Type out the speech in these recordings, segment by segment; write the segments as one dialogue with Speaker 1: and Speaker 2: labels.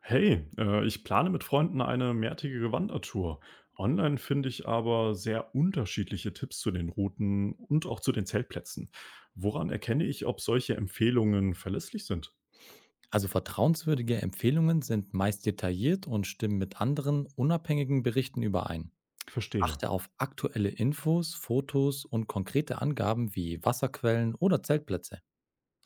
Speaker 1: Hey, ich plane mit Freunden eine mehrtägige Wandertour. Online finde ich aber sehr unterschiedliche Tipps zu den Routen und auch zu den Zeltplätzen. Woran erkenne ich, ob solche Empfehlungen verlässlich sind?
Speaker 2: Also vertrauenswürdige Empfehlungen sind meist detailliert und stimmen mit anderen unabhängigen Berichten überein.
Speaker 1: Verstehe.
Speaker 2: Achte auf aktuelle Infos, Fotos und konkrete Angaben wie Wasserquellen oder Zeltplätze.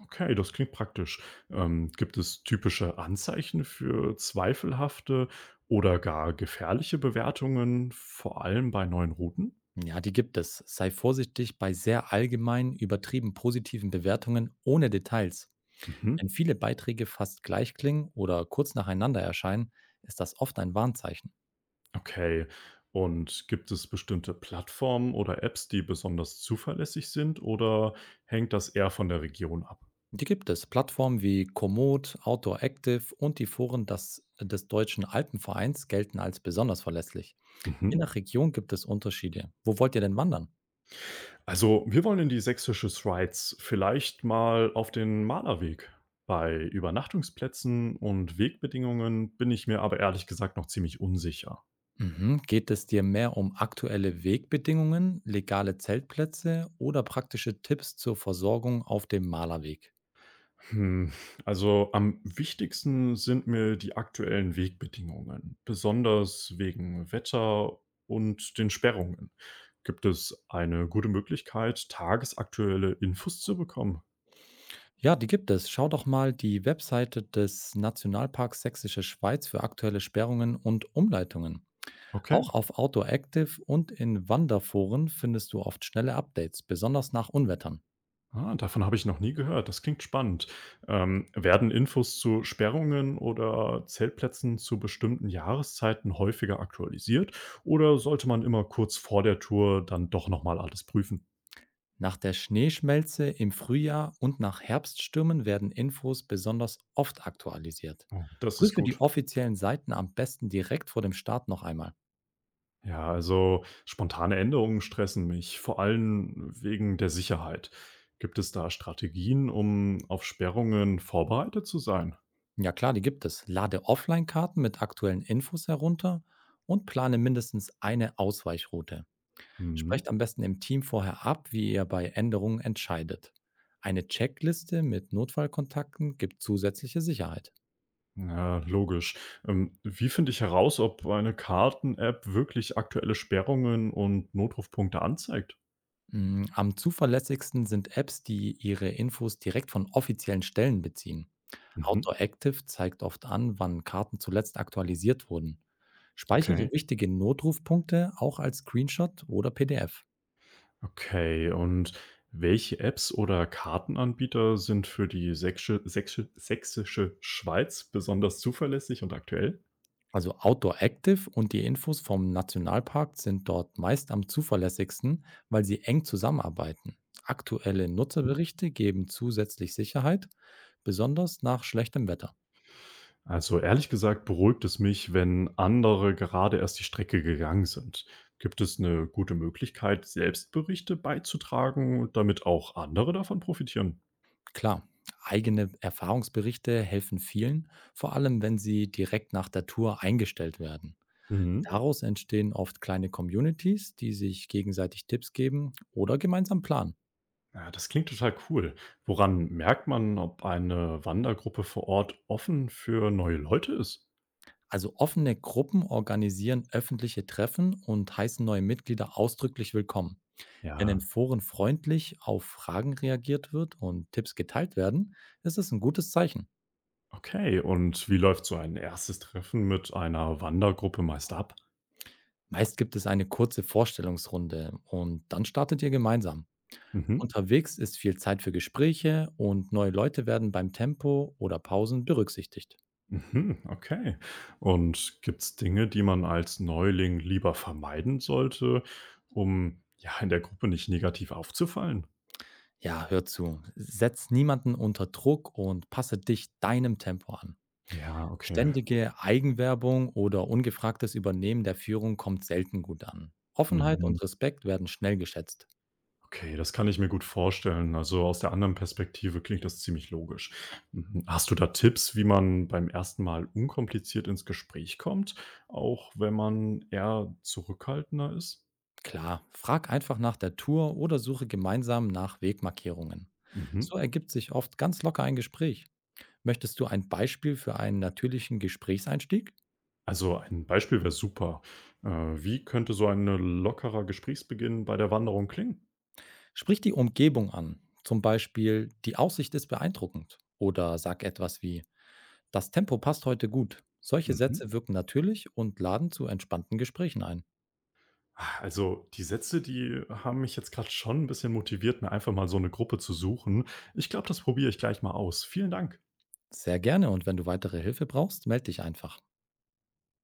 Speaker 1: Okay, das klingt praktisch. Gibt es typische Anzeichen für zweifelhafte oder gar gefährliche Bewertungen, vor allem bei neuen Routen?
Speaker 2: Ja, die gibt es. Sei vorsichtig bei sehr allgemein übertrieben positiven Bewertungen ohne Details.
Speaker 1: Mhm.
Speaker 2: Wenn viele Beiträge fast gleich klingen oder kurz nacheinander erscheinen, ist das oft ein Warnzeichen.
Speaker 1: Okay. Und gibt es bestimmte Plattformen oder Apps, die besonders zuverlässig sind oder hängt das eher von der Region ab?
Speaker 2: Die gibt es. Plattformen wie Komoot, Outdoor Active und die Foren des Deutschen Alpenvereins gelten als besonders verlässlich. Je
Speaker 1: Mhm.
Speaker 2: nach Region gibt es Unterschiede. Wo wollt ihr denn wandern?
Speaker 1: Also, wir wollen in die sächsische Schweiz, vielleicht mal auf den Malerweg. Bei Übernachtungsplätzen und Wegbedingungen bin ich mir aber ehrlich gesagt noch ziemlich unsicher.
Speaker 2: Mhm. Geht es dir mehr um aktuelle Wegbedingungen, legale Zeltplätze oder praktische Tipps zur Versorgung auf dem Malerweg?
Speaker 1: Hm, also am wichtigsten sind mir die aktuellen Wegbedingungen, besonders wegen Wetter und den Sperrungen. Gibt es eine gute Möglichkeit, tagesaktuelle Infos zu bekommen?
Speaker 2: Ja, die gibt es. Schau doch mal die Webseite des Nationalparks Sächsische Schweiz für aktuelle Sperrungen und Umleitungen. Auch
Speaker 1: Okay,
Speaker 2: auf Outdoor Active und in Wanderforen findest du oft schnelle Updates, besonders nach Unwettern.
Speaker 1: ah, davon habe ich noch nie gehört. Das klingt spannend. Werden Infos zu Sperrungen oder Zeltplätzen zu bestimmten Jahreszeiten häufiger aktualisiert oder sollte man immer kurz vor der Tour dann doch nochmal alles prüfen?
Speaker 2: Nach der Schneeschmelze im Frühjahr und nach Herbststürmen werden Infos besonders oft aktualisiert.
Speaker 1: Oh, das ist
Speaker 2: Prüfe die
Speaker 1: gut.
Speaker 2: offiziellen Seiten am besten direkt vor dem Start noch einmal.
Speaker 1: Ja, also spontane Änderungen stressen mich, vor allem wegen der Sicherheit. Gibt es da Strategien, um auf Sperrungen vorbereitet zu sein?
Speaker 2: Ja klar, die gibt es. Lade Offline-Karten mit aktuellen Infos herunter und plane mindestens eine Ausweichroute.
Speaker 1: Mhm.
Speaker 2: Sprecht am besten im Team vorher ab, wie ihr bei Änderungen entscheidet. Eine Checkliste mit Notfallkontakten gibt zusätzliche Sicherheit.
Speaker 1: Ja, logisch. Wie finde ich heraus, ob eine Karten-App wirklich aktuelle Sperrungen und Notrufpunkte anzeigt?
Speaker 2: Am zuverlässigsten sind Apps, die ihre Infos direkt von offiziellen Stellen beziehen.
Speaker 1: Mhm.
Speaker 2: Outdoor Active zeigt oft an, wann Karten zuletzt aktualisiert wurden. Speichere
Speaker 1: Okay.
Speaker 2: wichtige Notrufpunkte auch als Screenshot oder PDF.
Speaker 1: Okay, und welche Apps oder Kartenanbieter sind für die sächsische Schweiz besonders zuverlässig und aktuell?
Speaker 2: Also Outdoor Active und die Infos vom Nationalpark sind dort meist am zuverlässigsten, weil sie eng zusammenarbeiten. Aktuelle
Speaker 1: Mhm.
Speaker 2: Nutzerberichte geben zusätzlich Sicherheit, besonders nach schlechtem Wetter.
Speaker 1: Also ehrlich gesagt beruhigt es mich, wenn andere gerade erst die Strecke gegangen sind. Gibt es eine gute Möglichkeit, Selbstberichte beizutragen, damit auch andere davon profitieren?
Speaker 2: Klar, eigene Erfahrungsberichte helfen vielen, vor allem wenn sie direkt nach der Tour eingestellt werden.
Speaker 1: Mhm.
Speaker 2: Daraus entstehen oft kleine Communities, die sich gegenseitig Tipps geben oder gemeinsam planen.
Speaker 1: Ja, das klingt total cool. Woran merkt man, ob eine Wandergruppe vor Ort offen für neue Leute ist?
Speaker 2: Also offene Gruppen organisieren öffentliche Treffen und heißen neue Mitglieder ausdrücklich willkommen. Wenn in
Speaker 1: Ja,
Speaker 2: Foren freundlich auf Fragen reagiert wird und Tipps geteilt werden, ist es ein gutes Zeichen.
Speaker 1: okay. Und wie läuft so ein erstes Treffen mit einer Wandergruppe meist ab?
Speaker 2: Meist gibt es eine kurze Vorstellungsrunde und dann startet ihr gemeinsam.
Speaker 1: Mhm.
Speaker 2: Unterwegs ist viel Zeit für Gespräche und neue Leute werden beim Tempo oder Pausen berücksichtigt.
Speaker 1: Mhm, okay. Und gibt es Dinge, die man als Neuling lieber vermeiden sollte, um ja in der Gruppe nicht negativ aufzufallen?
Speaker 2: Ja, hör zu. Setz niemanden unter Druck und passe dich deinem Tempo an.
Speaker 1: Ja, okay.
Speaker 2: Ständige Eigenwerbung oder ungefragtes Übernehmen der Führung kommt selten gut an. Offenheit
Speaker 1: Mhm.
Speaker 2: und Respekt werden schnell geschätzt.
Speaker 1: Okay, das kann ich mir gut vorstellen. Also aus der anderen Perspektive klingt das ziemlich logisch. Mhm. Hast du da Tipps, wie man beim ersten Mal unkompliziert ins Gespräch kommt, auch wenn man eher zurückhaltender ist?
Speaker 2: Klar, frag einfach nach der Tour oder suche gemeinsam nach Wegmarkierungen.
Speaker 1: Mhm.
Speaker 2: So ergibt sich oft ganz locker ein Gespräch. Möchtest du ein Beispiel für einen natürlichen Gesprächseinstieg?
Speaker 1: Also ein Beispiel wäre super. Wie könnte so ein lockerer Gesprächsbeginn bei der Wanderung klingen?
Speaker 2: Sprich die Umgebung an. Zum Beispiel, die Aussicht ist beeindruckend. Oder sag etwas wie, das Tempo passt heute gut. Solche
Speaker 1: Mhm.
Speaker 2: Sätze wirken natürlich und laden zu entspannten Gesprächen ein.
Speaker 1: Ah, also die Sätze, die haben mich jetzt gerade schon ein bisschen motiviert, mir einfach mal so eine Gruppe zu suchen. Ich glaube, das probiere ich gleich mal aus. Vielen Dank.
Speaker 2: Sehr gerne, und wenn du weitere Hilfe brauchst, melde dich einfach.